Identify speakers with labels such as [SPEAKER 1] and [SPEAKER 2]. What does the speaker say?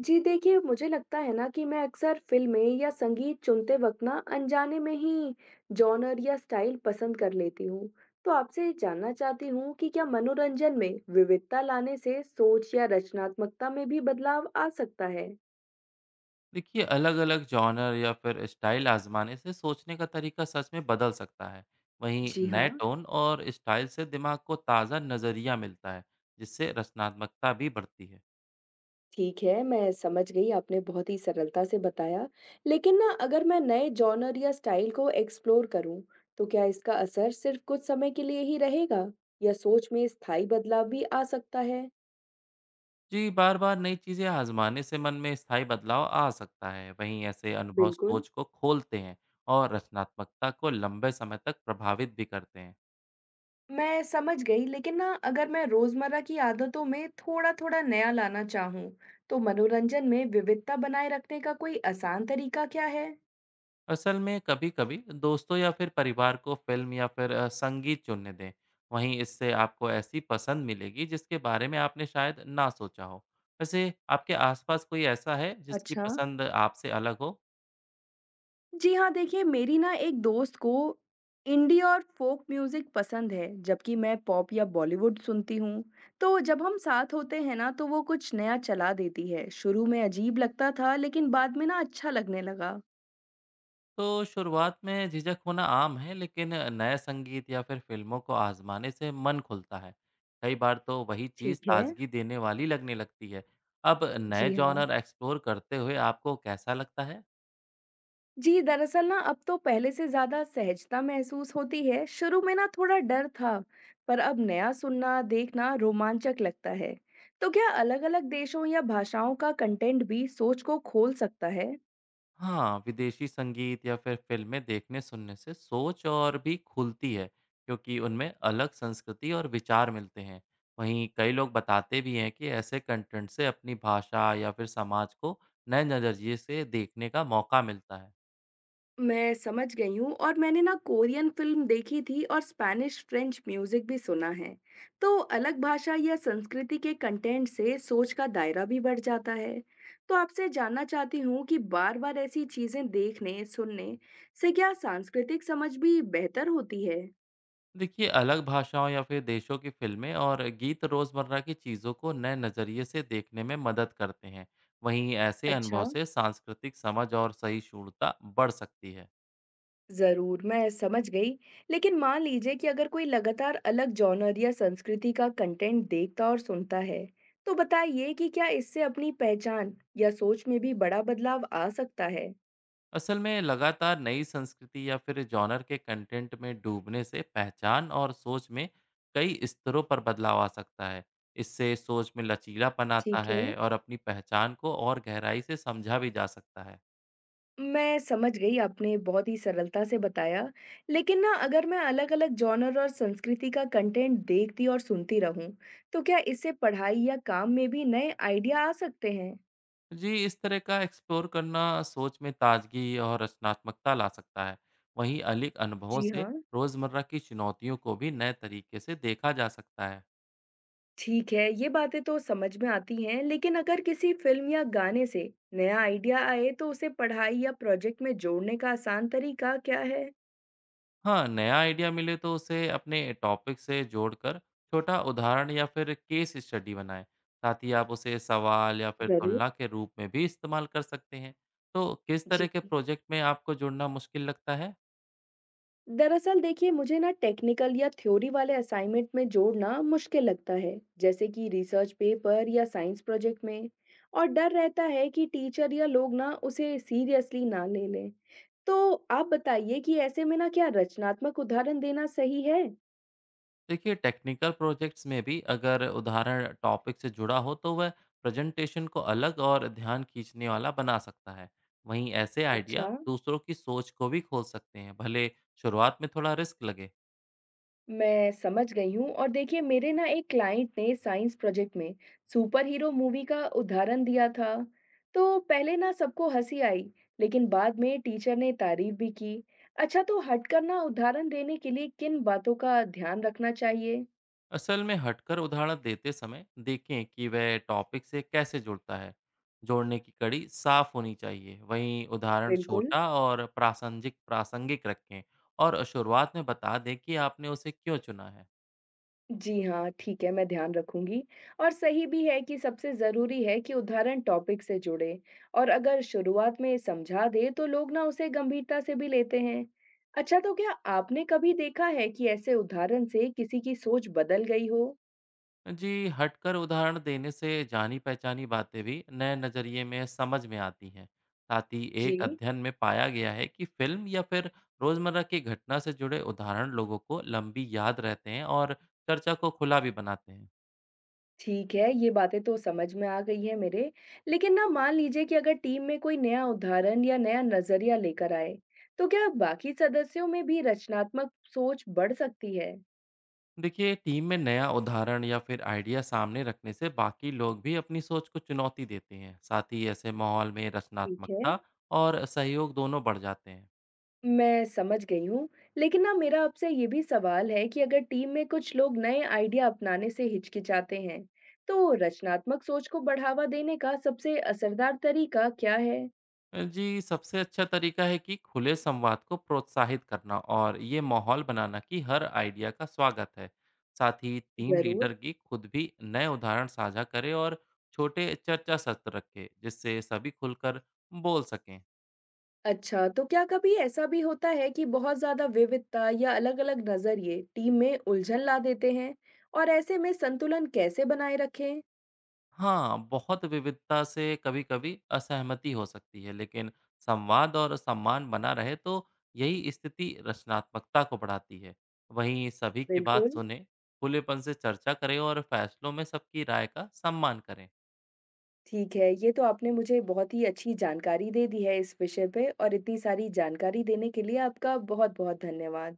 [SPEAKER 1] जी देखिए, मुझे लगता है ना कि मैं अक्सर फ़िल्में या संगीत चुनते वक़्त ना अनजाने में ही जॉनर या स्टाइल पसंद कर लेती हूँ। तो आपसे जानना चाहती हूँ कि क्या मनोरंजन में विविधता लाने से सोच या रचनात्मकता में भी बदलाव आ सकता है?
[SPEAKER 2] देखिए, अलग अलग जॉनर या फिर स्टाइल आजमाने से सोचने का तरीका सच में बदल सकता है। वहीं
[SPEAKER 1] जी
[SPEAKER 2] नए
[SPEAKER 1] हाँ,
[SPEAKER 2] टोन और स्टाइल से दिमाग को ताज़ा नज़रिया मिलता है, जिससे रचनात्मकता भी बढ़ती है।
[SPEAKER 1] ठीक है, मैं समझ गई आपने बहुत ही सरलता से बताया। लेकिन ना अगर मैं नए जॉनर या स्टाइल को एक्सप्लोर करूँ, तो क्या इसका असर सिर्फ़ कुछ समय के लिए ही रहेगा या सोच में स्थायी बदलाव भी आ सकता है?
[SPEAKER 2] जी, बार बार नई चीज़ें आजमाने से मन में स्थायी बदलाव आ सकता है। वहीं ऐसे अनुभव
[SPEAKER 1] बिल्कुल।
[SPEAKER 2] सोच को खोलते हैं और रचनात्मकता को लंबे समय तक प्रभावित भी करते हैं।
[SPEAKER 1] मैं समझ गई, लेकिन ना अगर मैं रोज़मर्रा की आदतों में थोड़ा-थोड़ा नया लाना चाहूँ, तो मनोरंजन में विविधता बनाए रखने का कोई आसान तरीका क्या है?
[SPEAKER 2] असल में कभी-कभी दोस्तों या फिर परिवार को फिल्म या फिर संगीत चुनने दें। वहीं इससे आपको ऐसी पसंद मिलेगी जिसके बारे में आपने शायद ना सोचा हो। वैसे आपके आसपास कोई ऐसा है जिसकी
[SPEAKER 1] अच्छा।
[SPEAKER 2] पसंद आपसे अलग हो?
[SPEAKER 1] जी हाँ, देखिए मेरी ना एक दोस्त को इंडी और फ़ोक म्यूज़िक पसंद है, जबकि मैं पॉप या बॉलीवुड सुनती हूँ। तो जब हम साथ होते हैं ना, तो वो कुछ नया चला देती है। शुरू में अजीब लगता था, लेकिन बाद में ना अच्छा लगने लगा।
[SPEAKER 2] तो शुरुआत में झिझक होना आम है, लेकिन नए संगीत या फिर फिल्मों को आज़माने से मन खुलता है। कई बार तो वही चीज़
[SPEAKER 1] ठीक है।
[SPEAKER 2] ताज़गी देने वाली लगने लगती है। अब नए
[SPEAKER 1] जी हाँ।
[SPEAKER 2] जॉनर एक्सप्लोर करते हुए आपको कैसा लगता है?
[SPEAKER 1] जी दरअसल ना अब तो पहले से ज्यादा सहजता महसूस होती है। शुरू में ना थोड़ा डर था, पर अब नया सुनना देखना रोमांचक लगता है। तो क्या अलग-अलग देशों या भाषाओं का कंटेंट भी सोच को खोल सकता है?
[SPEAKER 2] हाँ, विदेशी संगीत या फिर फिल्में देखने सुनने से सोच और भी खुलती है, क्योंकि उनमें अलग संस्कृति और विचार मिलते हैं। वहीं कई लोग बताते भी हैं कि ऐसे कंटेंट से अपनी भाषा या फिर समाज को नए नज़रिए से देखने का मौका मिलता है।
[SPEAKER 1] मैं समझ गई हूँ। और मैंने ना कोरियन फिल्म देखी थी और स्पैनिश फ्रेंच म्यूजिक भी सुना है। तो अलग भाषा या संस्कृति के कंटेंट से सोच का दायरा भी बढ़ जाता है। तो आपसे जानना चाहती हूँ कि बार बार ऐसी चीजें देखने सुनने से क्या सांस्कृतिक समझ भी बेहतर होती है?
[SPEAKER 2] देखिए, अलग भाषाओं या फिर देशों की फिल्में और गीत रोज़मर्रा की चीज़ों को नए नज़रिए से देखने में मदद करते हैं। वहीं ऐसे
[SPEAKER 1] अच्छा।
[SPEAKER 2] अनुभव से सांस्कृतिक समझ और सहिष्णुता बढ़ सकती है।
[SPEAKER 1] जरूर, मैं समझ गई। लेकिन मान लीजिए कि अगर कोई लगातार अलग जॉनर या संस्कृति का कंटेंट देखता और सुनता है, तो बताइए कि क्या इससे अपनी पहचान या सोच में भी बड़ा बदलाव आ सकता है?
[SPEAKER 2] असल में लगातार नई संस्कृति या फिर जॉनर के कंटेंट में डूबने से पहचान और सोच में कई स्तरों पर बदलाव आ सकता है। इससे सोच में लचीलापन आता
[SPEAKER 1] ठीक
[SPEAKER 2] है
[SPEAKER 1] है,
[SPEAKER 2] और अपनी पहचान को और गहराई से समझा भी जा सकता है।
[SPEAKER 1] मैं समझ गई, आपने बहुत ही सरलता से बताया। लेकिन ना अगर मैं अलग अलग जॉनर और संस्कृति का कंटेंट देखती और सुनती रहूं, तो क्या इससे पढ़ाई या काम में भी नए आइडिया आ सकते हैं?
[SPEAKER 2] जी, इस तरह का एक्सप्लोर करना सोच में ताजगी और रचनात्मकता ला सकता है। वहीं अलिक अनुभवों
[SPEAKER 1] जी
[SPEAKER 2] से
[SPEAKER 1] हाँ।
[SPEAKER 2] रोज़मर्रा की चुनौतियों को भी नए तरीके से देखा जा सकता है।
[SPEAKER 1] ठीक है, ये बातें तो समझ में आती हैं, लेकिन अगर किसी फिल्म या गाने से नया आइडिया आए तो उसे पढ़ाई या प्रोजेक्ट में जोड़ने का आसान तरीका क्या है?
[SPEAKER 2] हाँ, नया आइडिया मिले तो उसे अपने टॉपिक से जोड़कर छोटा उदाहरण या फिर केस स्टडी बनाएं। साथ ही आप उसे सवाल या फिर
[SPEAKER 1] जरूर।
[SPEAKER 2] तुलना के रूप में भी इस्तेमाल कर सकते हैं। तो किस तरह
[SPEAKER 1] जी
[SPEAKER 2] के प्रोजेक्ट में आपको जुड़ना मुश्किल लगता है?
[SPEAKER 1] दरअसल देखिए मुझे ना टेक्निकल या थ्योरी वाले असाइनमेंट में जोड़ना मुश्किल लगता है, जैसे कि रिसर्च पेपर या साइंस प्रोजेक्ट में, और डर रहता है कि टीचर या लोग ना उसे सीरियसली ना ले लें। तो आप बताइए कि ऐसे में ना क्या रचनात्मक उदाहरण देना सही है?
[SPEAKER 2] देखिए, टेक्निकल प्रोजेक्ट्स में भी अगर उदाहरण टॉपिक से जुड़ा हो तो वह प्रेजेंटेशन को अलग और ध्यान खींचने वाला बना सकता है। वहीं ऐसे आइडिया
[SPEAKER 1] अच्छा।
[SPEAKER 2] दूसरों की सोच को भी खोल सकते हैं, भले शुरुआत में थोड़ा रिस्क लगे।
[SPEAKER 1] मैं समझ गई हूँ। और देखिए मेरे ना एक क्लाइंट ने साइंस प्रोजेक्ट में सुपर हीरो मूवी का उदाहरण दिया था। तो पहले ना सबको हंसी आई, लेकिन बाद में टीचर ने तारीफ भी की। अच्छा, तो हटकर ना उदाहरण देने के लिए किन बातों का ध्यान रखना चाहिए?
[SPEAKER 2] असल में हटकर उदाहरण देते समय देखें कि वह टॉपिक से कैसे जुड़ता है। जोड़ने की कड़ी साफ होनी चाहिए। वहीं उदाहरण
[SPEAKER 1] बिल्कुल।
[SPEAKER 2] छोटा और प्रासंगिक प्रासंगिक रखें और शुरुआत में बता दें कि आपने उसे क्यों चुना है।
[SPEAKER 1] जी हाँ, ठीक है, मैं ध्यान रखूँगी। और सही भी है कि सबसे ज़रूरी है कि उदाहरण टॉपिक से जुड़े और अगर शुरुआत में समझा दे तो लोग ना उसे गंभीरता से भी लेते हैं। अच्छा, तो क्या आपने कभी देखा है कि ऐसे उदाहरण से किसी की सोच बदल गई हो?
[SPEAKER 2] जी, हटकर उदाहरण देने से जानी पहचानी बातें भी नए नज़रिए में समझ में आती हैं। साथ ही एक
[SPEAKER 1] जी,
[SPEAKER 2] अध्ययन में पाया गया है कि फिल्म या फिर रोज़मर्रा की घटना से जुड़े उदाहरण लोगों को लंबी याद रहते हैं और चर्चा को खुला भी बनाते हैं।
[SPEAKER 1] ठीक है, ये बातें तो समझ में आ गई है मेरे, लेकिन ना मान लीजिए कि अगर टीम में कोई नया उदाहरण या नया नज़रिया लेकर आए, तो क्या बाकी सदस्यों में भी रचनात्मक सोच बढ़ सकती है?
[SPEAKER 2] देखिए, टीम में नया उदाहरण या फिर आइडिया सामने रखने से बाकी लोग भी अपनी सोच को चुनौती देते हैं। साथ ही ऐसे माहौल में
[SPEAKER 1] ठीक है।
[SPEAKER 2] रचनात्मकता और सहयोग दोनों बढ़ जाते हैं।
[SPEAKER 1] मैं समझ गई हूँ, लेकिन ना मेरा आपसे ये भी सवाल है कि अगर टीम में कुछ लोग नए आइडिया अपनाने से हिचकिचाते हैं, तो रचनात्मक सोच को बढ़ावा देने का सबसे असरदार तरीका क्या है?
[SPEAKER 2] जी, सबसे अच्छा तरीका है कि खुले संवाद को प्रोत्साहित करना और ये माहौल बनाना कि हर आइडिया का स्वागत है। साथ ही टीम लीडर
[SPEAKER 1] जरूर।
[SPEAKER 2] की खुद भी नए उदाहरण साझा करे और छोटे चर्चा सत्र रखे जिससे सभी खुलकर बोल सकें।
[SPEAKER 1] अच्छा, तो क्या कभी ऐसा भी होता है कि बहुत ज्यादा विविधता या अलग-अलग नजरिए टीम में उलझन ला देते हैं? और ऐसे में संतुलन कैसे बनाए रखें?
[SPEAKER 2] हाँ, बहुत विविधता से कभी-कभी असहमति हो सकती है, लेकिन संवाद और सम्मान बना रहे तो यही स्थिति रचनात्मकता को बढ़ाती है। वहीं सभी की बात
[SPEAKER 1] बिल्कुल।
[SPEAKER 2] सुने, खुलेपन से चर्चा करें और फैसलों में सबकी राय का सम्मान करें।
[SPEAKER 1] ठीक है, ये तो आपने मुझे बहुत ही अच्छी जानकारी दे दी है इस विषय पे और इतनी सारी जानकारी देने के लिए आपका बहुत-बहुत धन्यवाद।